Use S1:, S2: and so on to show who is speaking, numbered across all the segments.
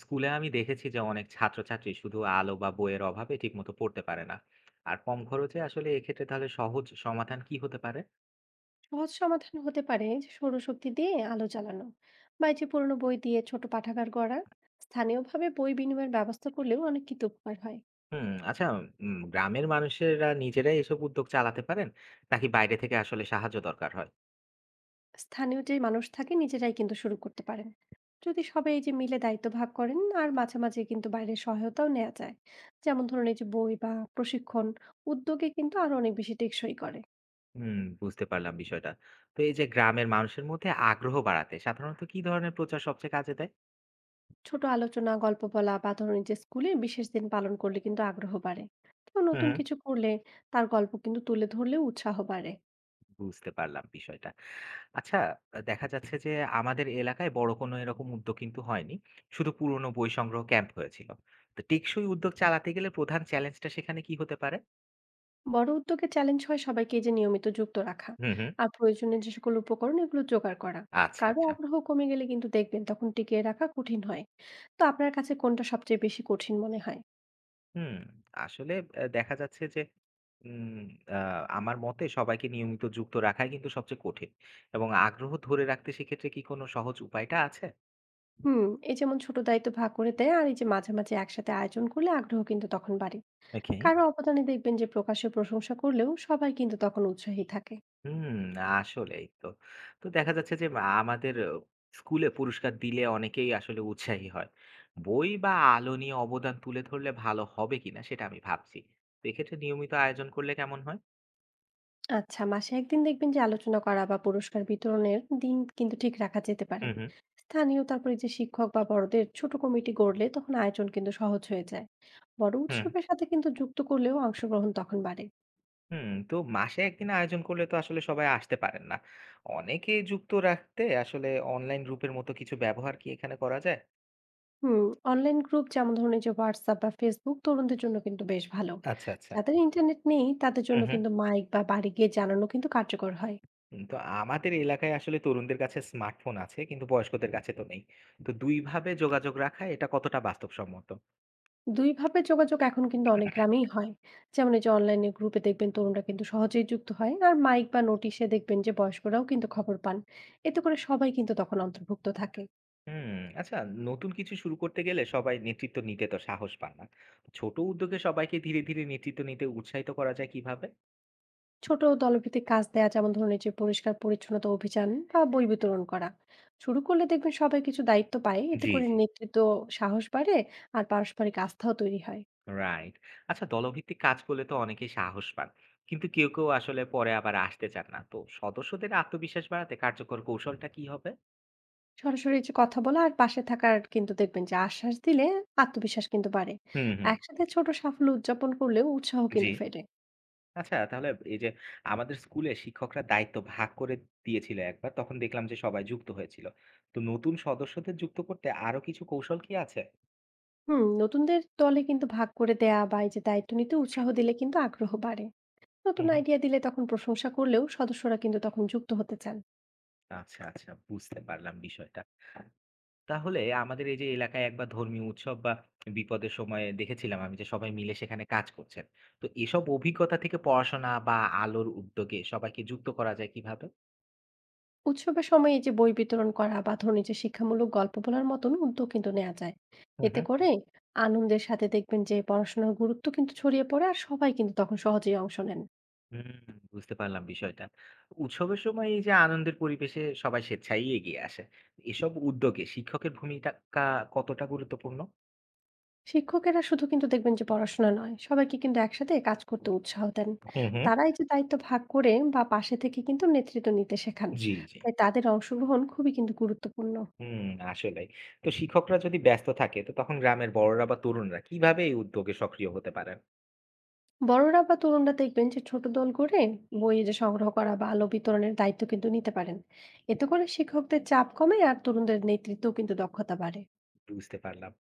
S1: স্কুলে আমি দেখেছি যে অনেক ছাত্রছাত্রী শুধু আলো বা বইয়ের অভাবে ঠিকমতো পড়তে পারে না। আর কম খরচে আসলে এক্ষেত্রে তাহলে সহজ সমাধান কি হতে পারে?
S2: সহজ সমাধান হতে পারে যে সৌরশক্তি দিয়ে আলো জ্বালানো। বা এই যে পুরোনো বই দিয়ে ছোট পাঠাগার গড়া। স্থানীয়ভাবে বই বিনিময়ের ব্যবস্থা করলেও অনেক কিন্তু উপকার হয়।
S1: হুম, আচ্ছা। গ্রামের মানুষেরা নিজেরাই এসব উদ্যোগ চালাতে পারেন নাকি বাইরে থেকে আসলে সাহায্য দরকার হয়?
S2: স্থানীয় যে মানুষ থাকে নিজেরাই কিন্তু শুরু করতে পারেন। যদি সবাই এই যে মিলে দায়িত্ব ভাগ করেন আর মাঝে মাঝে কিন্তু বাইরের সহায়তাও নেওয়া যায়। যেমন ধরুন এই যে বই বা প্রশিক্ষণ উদ্যোগে কিন্তু আরো অনেক বেশি টেকসই করে।
S1: হুম, বুঝতে পারলাম বিষয়টা। তো এই যে গ্রামের মানুষের মধ্যে আগ্রহ বাড়াতে সাধারণত কি ধরনের প্রচার সবচেয়ে কাজে দেয়?
S2: ছোট আলোচনা, গল্প বলা বা ধরুন এই যে স্কুলে বিশেষ দিন পালন করলে কিন্তু আগ্রহ বাড়ে। কেউ
S1: হুম,
S2: নতুন কিছু করলে তার গল্প কিন্তু তুলে ধরলেও উৎসাহ বাড়ে।
S1: বুঝতে পারলাম বিষয়টা। আচ্ছা, দেখা যাচ্ছে যে আমাদের এলাকায় বড় কোনো এরকম উদ্যোগ কিন্তু হয়নি। শুধু পুরনো বই সংগ্রহ ক্যাম্প হয়েছিল। তো টেকসই উদ্যোগ চালাতে গেলে প্রধান চ্যালেঞ্জটা সেখানে কি হতে পারে?
S2: বড় উদ্যোগে চ্যালেঞ্জ হয় সবাইকে এই যে নিয়মিত যুক্ত রাখা,
S1: হুম, হুম।
S2: আর প্রয়োজনীয় যে সকল উপকরণ এগুলো জোগাড় করা।
S1: আচ্ছা,
S2: কারো
S1: আচ্ছা।
S2: আগ্রহ কমে গেলে কিন্তু দেখবেন তখন টিকিয়ে রাখা কঠিন হয়। তো আপনার কাছে কোনটা সবচেয়ে বেশি কঠিন মনে হয়?
S1: হুম, আসলে দেখা যাচ্ছে যে উম আ আমার মতে সবাইকে নিয়মিত যুক্ত রাখাই কিন্তু সবচেয়ে কঠিন। এবং আগ্রহ ধরে রাখতে সেক্ষেত্রে কি কোনো সহজ উপায়টা আছে?
S2: হুম। এই যেমন ছোট দায়িত্ব ভাগ করে দেয়, আর এই যে মাঝে মাঝে একসাথে আয়োজন করলে আগ্রহ কিন্তু তখন বাড়ে।
S1: ওকে।
S2: কারো অবদানে দেখবেন যে প্রকাশ্যে প্রশংসা করলেও সবাই কিন্তু তখন উৎসাহী থাকে।
S1: হুম, আসলেই তো। তো দেখা যাচ্ছে যে আমাদের স্কুলে পুরস্কার দিলে অনেকেই আসলে উৎসাহী হয়। বই বা আলো নিয়ে অবদান তুলে ধরলে ভালো হবে কিনা সেটা আমি ভাবছি। তো এক্ষেত্রে নিয়মিত আয়োজন করলে কেমন হয়?
S2: আচ্ছা, মাসে একদিন দেখবেন যে আলোচনা করা বা পুরস্কার বিতরণের দিন কিন্তু ঠিক রাখা যেতে পারে।
S1: হুম, হুম,
S2: স্থানীয় তারপরে যে শিক্ষক বা বড়দের ছোট কমিটি গড়লে তখন আয়োজন কিন্তু সহজ হয়ে যায়। বড়
S1: হুম,
S2: উৎসবের সাথে কিন্তু যুক্ত করলেও অংশগ্রহণ তখন বাড়ে।
S1: হুম। তো মাসে ১ দিন আয়োজন করলে তো আসলে সবাই আসতে পারেন না। অনেকে যুক্ত রাখতে আসলে অনলাইন গ্রুপের মতো কিছু ব্যবহার কি এখানে করা যায়?
S2: হুম। অনলাইন গ্রুপ, যেমন ধরুন এই যে হোয়াটসঅ্যাপ বা ফেসবুক, তরুণদের জন্য কিন্তু বেশ ভালো।
S1: আচ্ছা, আচ্ছা।
S2: যাদের ইন্টারনেট নেই তাদের জন্য
S1: হুম, হুম।
S2: কিন্তু মাইক বা বাড়ি গিয়ে জানানো কিন্তু কার্যকর হয়।
S1: হুম, তো আমাদের এলাকায় আসলে তরুণদের কাছে স্মার্টফোন আছে কিন্তু বয়স্কদের কাছে তো নেই। তো দুই ভাবে যোগাযোগ রাখা এটা কতটা বাস্তবসম্মত?
S2: দুই ভাবে যোগাযোগ এখন কিন্তু অনেক গ্রামেই হয়। যেমন এই যে অনলাইনে গ্রুপে দেখবেন তরুণরা কিন্তু সহজেই যুক্ত হয়, আর মাইক বা নোটিশে দেখবেন যে বয়স্করাও কিন্তু খবর পান। এতে করে সবাই কিন্তু তখন অন্তর্ভুক্ত থাকে।
S1: হুম, আচ্ছা। নতুন কিছু শুরু করতে গেলে সবাই নেতৃত্ব নিতে তো সাহস পায় না। ছোট উদ্যোগে সবাইকে ধীরে ধীরে নেতৃত্ব নিতে উৎসাহিত করা যায় কিভাবে?
S2: ছোট দলভিত্তিক কাজ দেয়া, যেমন ধরুন এই যে পরিষ্কার পরিচ্ছন্নতা অভিযান বা বই বিতরণ করা। শুরু করলে দেখবেন সবাই কিছু দায়িত্ব পায়, এতে
S1: জি,
S2: করে
S1: জি।
S2: নেতৃত্ব সাহস বাড়ে আর পারস্পরিক আস্থাও তৈরি হয়।
S1: রাইট। আচ্ছা, দলভিত্তিক কাজ করলে তো অনেকেই সাহস পান, কিন্তু কেউ কেউ আসলে পরে আবার আসতে চান না। তো সদস্যদের আত্মবিশ্বাস বাড়াতে কার্যকর কৌশলটা কি হবে?
S2: সরাসরি এই যে কথা বলা আর পাশে থাকার কিন্তু দেখবেন যে আশ্বাস দিলে আত্মবিশ্বাস কিন্তু বাড়ে।
S1: হুম, হুম।
S2: একসাথে ছোট সাফল্য উদযাপন করলেও উৎসাহ
S1: জি।
S2: কিন্তু ফেরে।
S1: আচ্ছা, তাহলে এই যে আমাদের স্কুলে শিক্ষকরা দায়িত্ব ভাগ করে দিয়েছিল একবার। তখন দেখলাম যে সবাই যুক্ত হয়েছিল। তো নতুন সদস্যদের যুক্ত করতে আরো কিছু কৌশল কি আছে?
S2: হুম, নতুনদের দলে কিন্তু ভাগ করে দেয়া বা এই যে দায়িত্ব নিতে উৎসাহ দিলে কিন্তু আগ্রহ বাড়ে। নতুন
S1: হুম, হুম।
S2: আইডিয়া দিলে তখন প্রশংসা করলেও সদস্যরা কিন্তু তখন যুক্ত হতে চান।
S1: আচ্ছা, আচ্ছা, বুঝতে পারলাম বিষয়টা। তাহলে আমাদের এই যে এলাকায় একবার ধর্মীয় উৎসব বা বিপদের সময় দেখেছিলাম আমি যে সবাই মিলে সেখানে কাজ করছেন। তো এসব অভিজ্ঞতা থেকে পড়াশোনা বা আলোর উদ্যোগে সবাইকে যুক্ত করা যায় কিভাবে?
S2: উৎসবের সময় এই যে বই বিতরণ করা বা ধরুন এই যে শিক্ষামূলক গল্প বলার মতন উদ্যোগ কিন্তু নেওয়া যায়।
S1: হুম,
S2: এতে
S1: হুম।
S2: করে আনন্দের সাথে দেখবেন যে পড়াশোনার গুরুত্ব কিন্তু ছড়িয়ে পড়ে আর সবাই কিন্তু তখন সহজেই অংশ নেন।
S1: হুম, বুঝতে পারলাম বিষয়টা। উৎসবের সময় এই যে আনন্দের পরিবেশে সবাই স্বেচ্ছায় এগিয়ে আসে। এসব উদ্যোগে শিক্ষকের ভূমিকা কতটা গুরুত্বপূর্ণ?
S2: শিক্ষকেরা শুধু কিন্তু দেখবেন যে পড়াশোনা নয়, সবাইকে কিন্তু একসাথে কাজ করতে উৎসাহ দেন।
S1: হুম, হুম।
S2: তারা এই যে দায়িত্ব ভাগ করে বা পাশে থেকে কিন্তু নেতৃত্ব নিতে শেখান।
S1: জি, জি।
S2: তাই তাদের অংশগ্রহণ খুবই কিন্তু গুরুত্বপূর্ণ।
S1: হুম, আসলেই। তো শিক্ষকরা যদি ব্যস্ত থাকে তো তখন গ্রামের বড়রা বা তরুণরা কিভাবে এই উদ্যোগে সক্রিয় হতে পারেন?
S2: বড়রা বা তরুণরা দেখবেন যে ছোট দল করে বই যে সংগ্রহ করা বা আলো বিতরণের দায়িত্ব কিন্তু নিতে পারেন। এতে করে শিক্ষকদের চাপ কমে আর তরুণদের নেতৃত্বও কিন্তু দক্ষতা বাড়ে।
S1: বুঝতে পারলাম।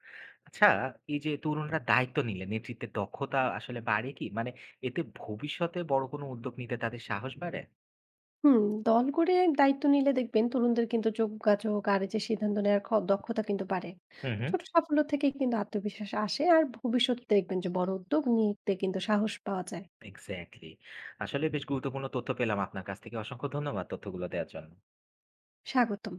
S1: আচ্ছা, এই যে তরুণরা দায়িত্ব নিলে নেতৃত্বের দক্ষতা আসলে বাড়ে কি? মানে এতে ভবিষ্যতে বড় কোনো উদ্যোগ নিতে তাদের সাহস বাড়ে?
S2: হুম, দল করে দায়িত্ব নিলে দেখবেন তরুণদের কিন্তু যোগাযোগ আর এই যে সিদ্ধান্ত নেওয়ার দক্ষতা কিন্তু বাড়ে।
S1: হুম, হুম।
S2: ছোট সাফল্য থেকেই কিন্তু আত্মবিশ্বাস আসে আর ভবিষ্যতে দেখবেন যে বড় উদ্যোগ নিতে কিন্তু সাহস পাওয়া যায়।
S1: এক্সাক্টলি। আসলে বেশ গুরুত্বপূর্ণ তথ্য পেলাম আপনার কাছ থেকে। অসংখ্য ধন্যবাদ তথ্যগুলো দেওয়ার জন্য।
S2: স্বাগতম।